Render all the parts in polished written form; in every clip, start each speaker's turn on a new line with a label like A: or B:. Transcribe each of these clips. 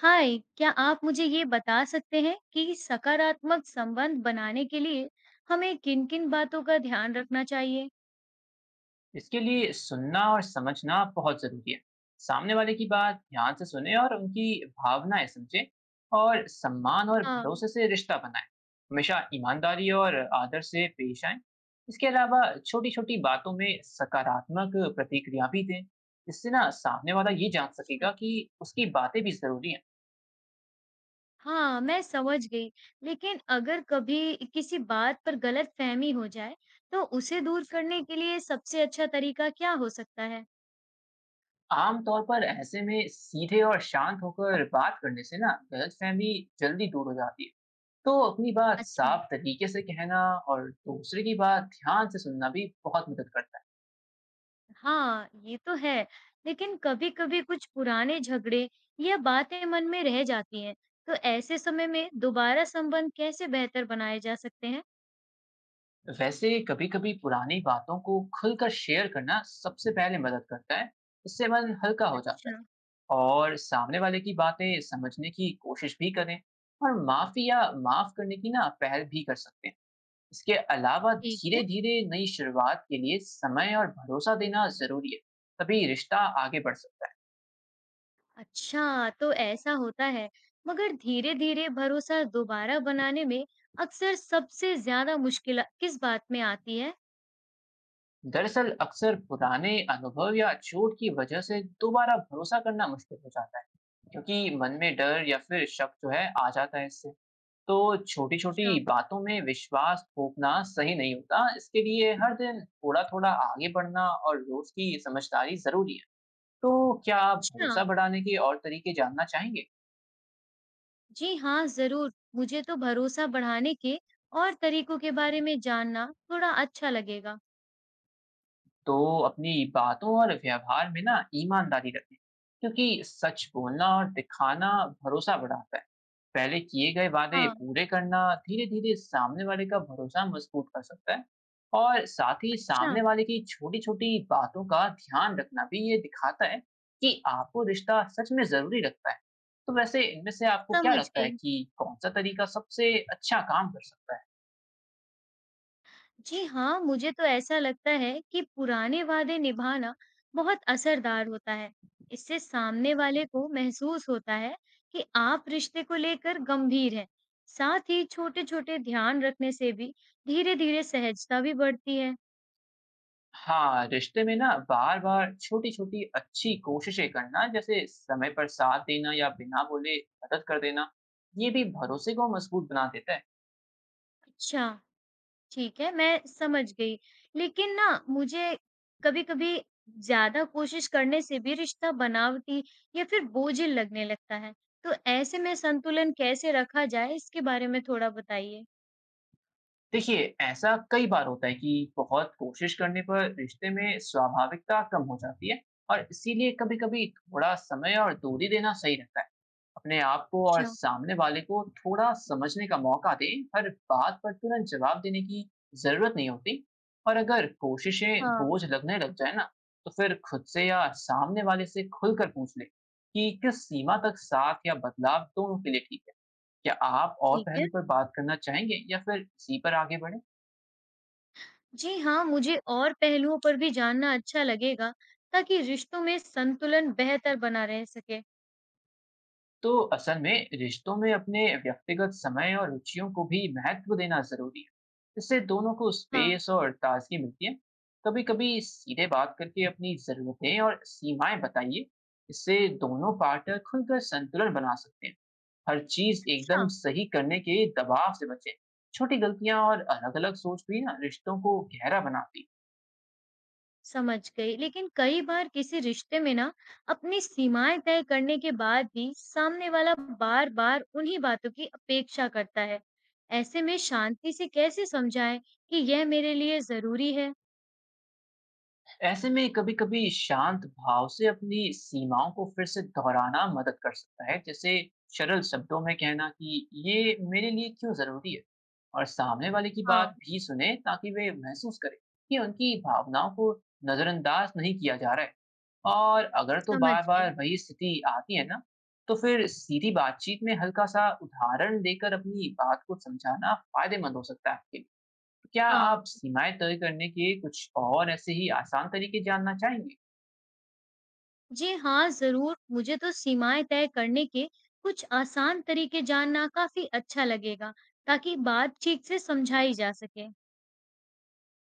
A: हाय, क्या आप मुझे ये बता सकते हैं कि सकारात्मक संबंध बनाने के लिए हमें किन-किन बातों का ध्यान रखना चाहिए?
B: इसके लिए सुनना और समझना बहुत ज़रूरी है। सामने वाले की बात ध्यान से सुनें और उनकी भावनाएँ समझें और सम्मान और
A: हाँ।
B: भरोसे से रिश्ता बनाएँ। हमेशा ईमानदारी और आदर से पेश आएँ। इसके अलावा छोटी-छोटी बातों में सकारात्मक प्रतिक्रिया भी दें। इससे ना सामने वाला ये जान
A: अच्छा।
B: सकेगा कि उसकी बातें भी ज़रूरी हैं।
A: हाँ, मैं समझ गई। लेकिन अगर कभी किसी बात पर गलतफहमी हो जाए, तो उसे दूर करने के लिए सबसे अच्छा तरीका क्या हो सकता है?
B: आम तौर पर ऐसे में सीधे और शांत होकर बात करने से ना गलतफ़हमी जल्दी दूर हो जाती है। तो अपनी बात
A: अच्छा।
B: साफ तरीके से कहना और दूसरे की बात ध्यान से सुनना भी बहुत मदद करता
A: हाँ, ये तो है। लेकिन कभी-कभी कुछ पुराने झगड़े या बातें मन में रह जाती हैं। तो ऐसे समय में दोबारा संबंध कैसे बेहतर बनाए जा सकते हैं?
B: है। वैसे कभी कभी पुरानी बातों को खुलकर शेयर करना सबसे पहले मदद करता है। इससे मन हल्का हो जाता है
A: अच्छा,
B: और सामने वाले की बातें समझने की कोशिश भी करें और माफी या माफ करने की ना पहल भी कर सकते हैं। इसके अलावा
A: ठीक है।
B: धीरे धीरे नई शुरुआत के लिए समय और भरोसा देना जरूरी है। तभी रिश्ता आगे बढ़ सकता है।
A: अच्छा, तो ऐसा होता है। मगर धीरे-धीरे भरोसा दोबारा बनाने में अक्सर सबसे ज़्यादा मुश्किल किस बात में आती है?
B: दरअसल अक्सर पुराने अनुभव या चोट की वजह से दोबारा भरोसा करना मुश्किल हो जाता है, क्योंकि मन में डर या फिर शक जो है आ जाता है इससे। तो छोटी
A: अच्छा।
B: छोटी बातों में विश्वास थोपना सही नहीं होता। इसके लिए हर दिन थोड़ा थोड़ा आगे बढ़ना और रोज की समझदारी जरूरी है। तो क्या आप
A: अच्छा।
B: भरोसा बढ़ाने के और तरीके जानना चाहेंगे?
A: जी हाँ, ज़रूर। मुझे तो भरोसा बढ़ाने के और तरीकों के बारे में जानना थोड़ा अच्छा लगेगा।
B: तो अपनी बातों और व्यवहार में ना ईमानदारी रखें, क्योंकि सच बोलना और दिखाना भरोसा बढ़ाता है। पहले किए गए वादे
A: हाँ,
B: पूरे करना धीरे धीरे सामने वाले का भरोसा मजबूत कर सकता है और साथ ही
A: अच्छा,
B: सामने वाले की छोटी छोटी बातों का ध्यान रखना भी ये दिखाता है कि आपको रिश्ता सच में जरूरी लगता है। तो वैसे इनमें से आपको क्या
A: समझ
B: लगता है
A: गई।
B: कि कौन सा तरीका सबसे अच्छा काम कर सकता है?
A: जी हाँ, मुझे तो ऐसा लगता है कि पुराने वादे निभाना बहुत असरदार होता है। इससे सामने वाले को महसूस होता है कि आप रिश्ते को लेकर गंभीर हैं। साथ ही छोटे-छोटे ध्यान रखने से भी धीरे-धीरे सहजता भी बढ़ती है।
B: हाँ, रिश्ते में ना बार-बार छोटी-छोटी अच्छी कोशिशें करना, जैसे समय पर साथ देना या बिना बोले मदद कर देना, ये भी भरोसे को मजबूत बना देता है।
A: अच्छा, ठीक है, मैं समझ गई। लेकिन ना मुझे कभी-कभी ज़्यादा कोशिश करने से भी रिश्ता बनावटी या फिर बोझिल लगने लगता है। तो ऐसे में संतुलन कैसे रखा जाए इसके बारे में थोड़ा बताइए?
B: देखिए, ऐसा कई बार होता है कि बहुत कोशिश करने पर रिश्ते में स्वाभाविकता कम हो जाती है और इसीलिए कभी-कभी थोड़ा समय और दूरी देना सही रहता है। अपने आप को और
A: अच्छा,
B: सामने वाले को थोड़ा समझने का मौका दें। हर बात पर तुरंत जवाब देने की जरूरत नहीं होती और अगर कोशिशें
A: हाँ,
B: बोझ लगने लग जाए ना, तो फिर खुद से या सामने वाले से खुलकर पूछ लें कि किस सीमा तक साथ या बदलाव दोनों के लिए ठीक है। क्या आप और
A: ठीक है।
B: पहलू पर बात करना चाहेंगे या फिर इसी पर आगे बढ़े?
A: जी हाँ, मुझे और पहलुओं पर भी जानना अच्छा लगेगा ताकि रिश्तों में संतुलन बेहतर बना रह सके।
B: तो असल में रिश्तों में अपने व्यक्तिगत समय और रुचियों को भी महत्व देना जरूरी है। इससे दोनों को
A: हाँ,
B: स्पेस और ताजगी मिलती है। कभी कभी सीधे बात करके अपनी जरूरतें और सीमाएं बताइए। इससे दोनों पार्टनर खुलकर संतुलन बना सकते हैं। हर चीज
A: अच्छा।
B: एकदम सही करने के दबाव से बचें। छोटी गलतियां और अलग अलग सोच भी ना रिश्तों को गहरा बनाती है।
A: समझ गई। लेकिन कई बार किसी रिश्ते में ना अपनी सीमाएँ तय करने के बाद भी सामने वाला बार-बार उन्हीं बातों की अपेक्षा करता है। ऐसे में शांति से कैसे समझाएं कि यह मेरे लिए ज़रूरी है?
B: ऐसे में कभी-कभी शांत भाव से अपनी सीमाओं को फिर से दोहराना मदद कर सकता है, जैसे सरल शब्दों में कहना कि ये मेरे लिए क्यों ज़रूरी है और सामने वाले की
A: हाँ,
B: बात भी सुने, ताकि वे महसूस करें कि उनकी भावनाओं को नज़रअंदाज नहीं किया जा रहा है। और अगर तो
A: समझ गई।
B: बार-बार वही स्थिति आती है ना, तो फिर सीधी बातचीत में हल्का-सा उदाहरण देकर अपनी बात को समझाना फ़ायदेमंद हो सकता है आपके लिए। क्या
A: हाँ,
B: आप सीमाएँ तय करने के कुछ और ऐसे ही आसान तरीके जानना चाहेंगे?
A: जी हाँ, ज़रूर। मुझे तो सीमाएँ तय करने के कुछ आसान तरीके जानना काफ़ी अच्छा लगेगा, ताकि बात ठीक से समझाई जा सके।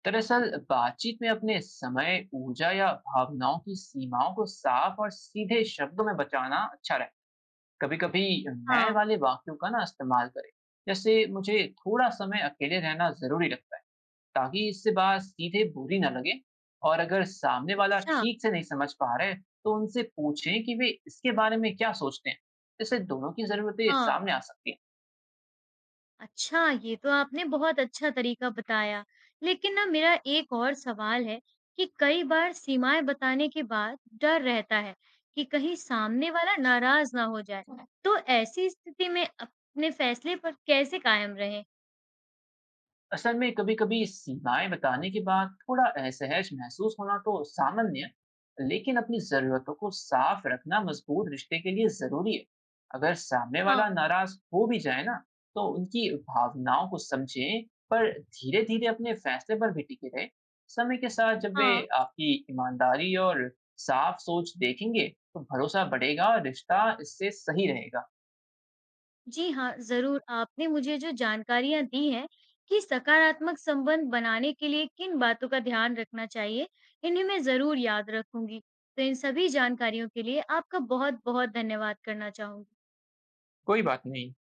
B: दरअसल बातचीत में अपने समय, ऊर्जा या भावनाओं की सीमाओं को साफ और सीधे शब्दों में बचाना अच्छा रहे। कभी-कभी मैं
A: हाँ,
B: वाले वाक्यों का ना इस्तेमाल करें। जैसे मुझे थोड़ा समय अकेले रहना ज़रूरी लगता है, ताकि इससे बात सीधे बुरी ना लगे। और अगर सामने वाला
A: अच्छा।
B: ठीक से नहीं समझ पा रहे, तो उनसे पूछें कि वे इसके बारे में क्या सोचते हैं। इससे दोनों की ज़रूरतें
A: हाँ।
B: सामने आ सकती हैं।
A: अच्छा, ये तो आपने बहुत अच्छा तरीका बताया। लेकिन ना मेरा एक और सवाल है कि कई बार सीमाएँ बताने के बाद डर रहता है कि कहीं सामने वाला नाराज़ ना हो जाए। तो ऐसी स्थिति में अपने फैसले पर कैसे कायम रहें?
B: असल में कभी-कभी सीमाएँ बताने के बाद थोड़ा असहज महसूस होना तो सामान्य है, लेकिन अपनी ज़रूरतों को साफ रखना मजबूत रिश्ते के लिए ज़रूरी है। अगर सामने
A: हाँ,
B: वाला नाराज़ हो भी जाए ना, तो उनकी भावनाओं को समझें, पर धीरे-धीरे अपने फैसले पर भी टिके रहें। समय के साथ जब वे
A: हाँ।
B: आपकी ईमानदारी और साफ सोच देखेंगे, तो भरोसा बढ़ेगा और रिश्ता इससे सही रहेगा।
A: जी हाँ, ज़रूर। आपने मुझे जो जानकारियाँ दी हैं कि सकारात्मक संबंध बनाने के लिए किन बातों का ध्यान रखना चाहिए, इन्हें मैं ज़रूर याद रखूँगी। तो इन सभी जानकारियों के लिए आपका बहुत-बहुत धन्यवाद करना चाहूँगी।
B: कोई बात नहीं।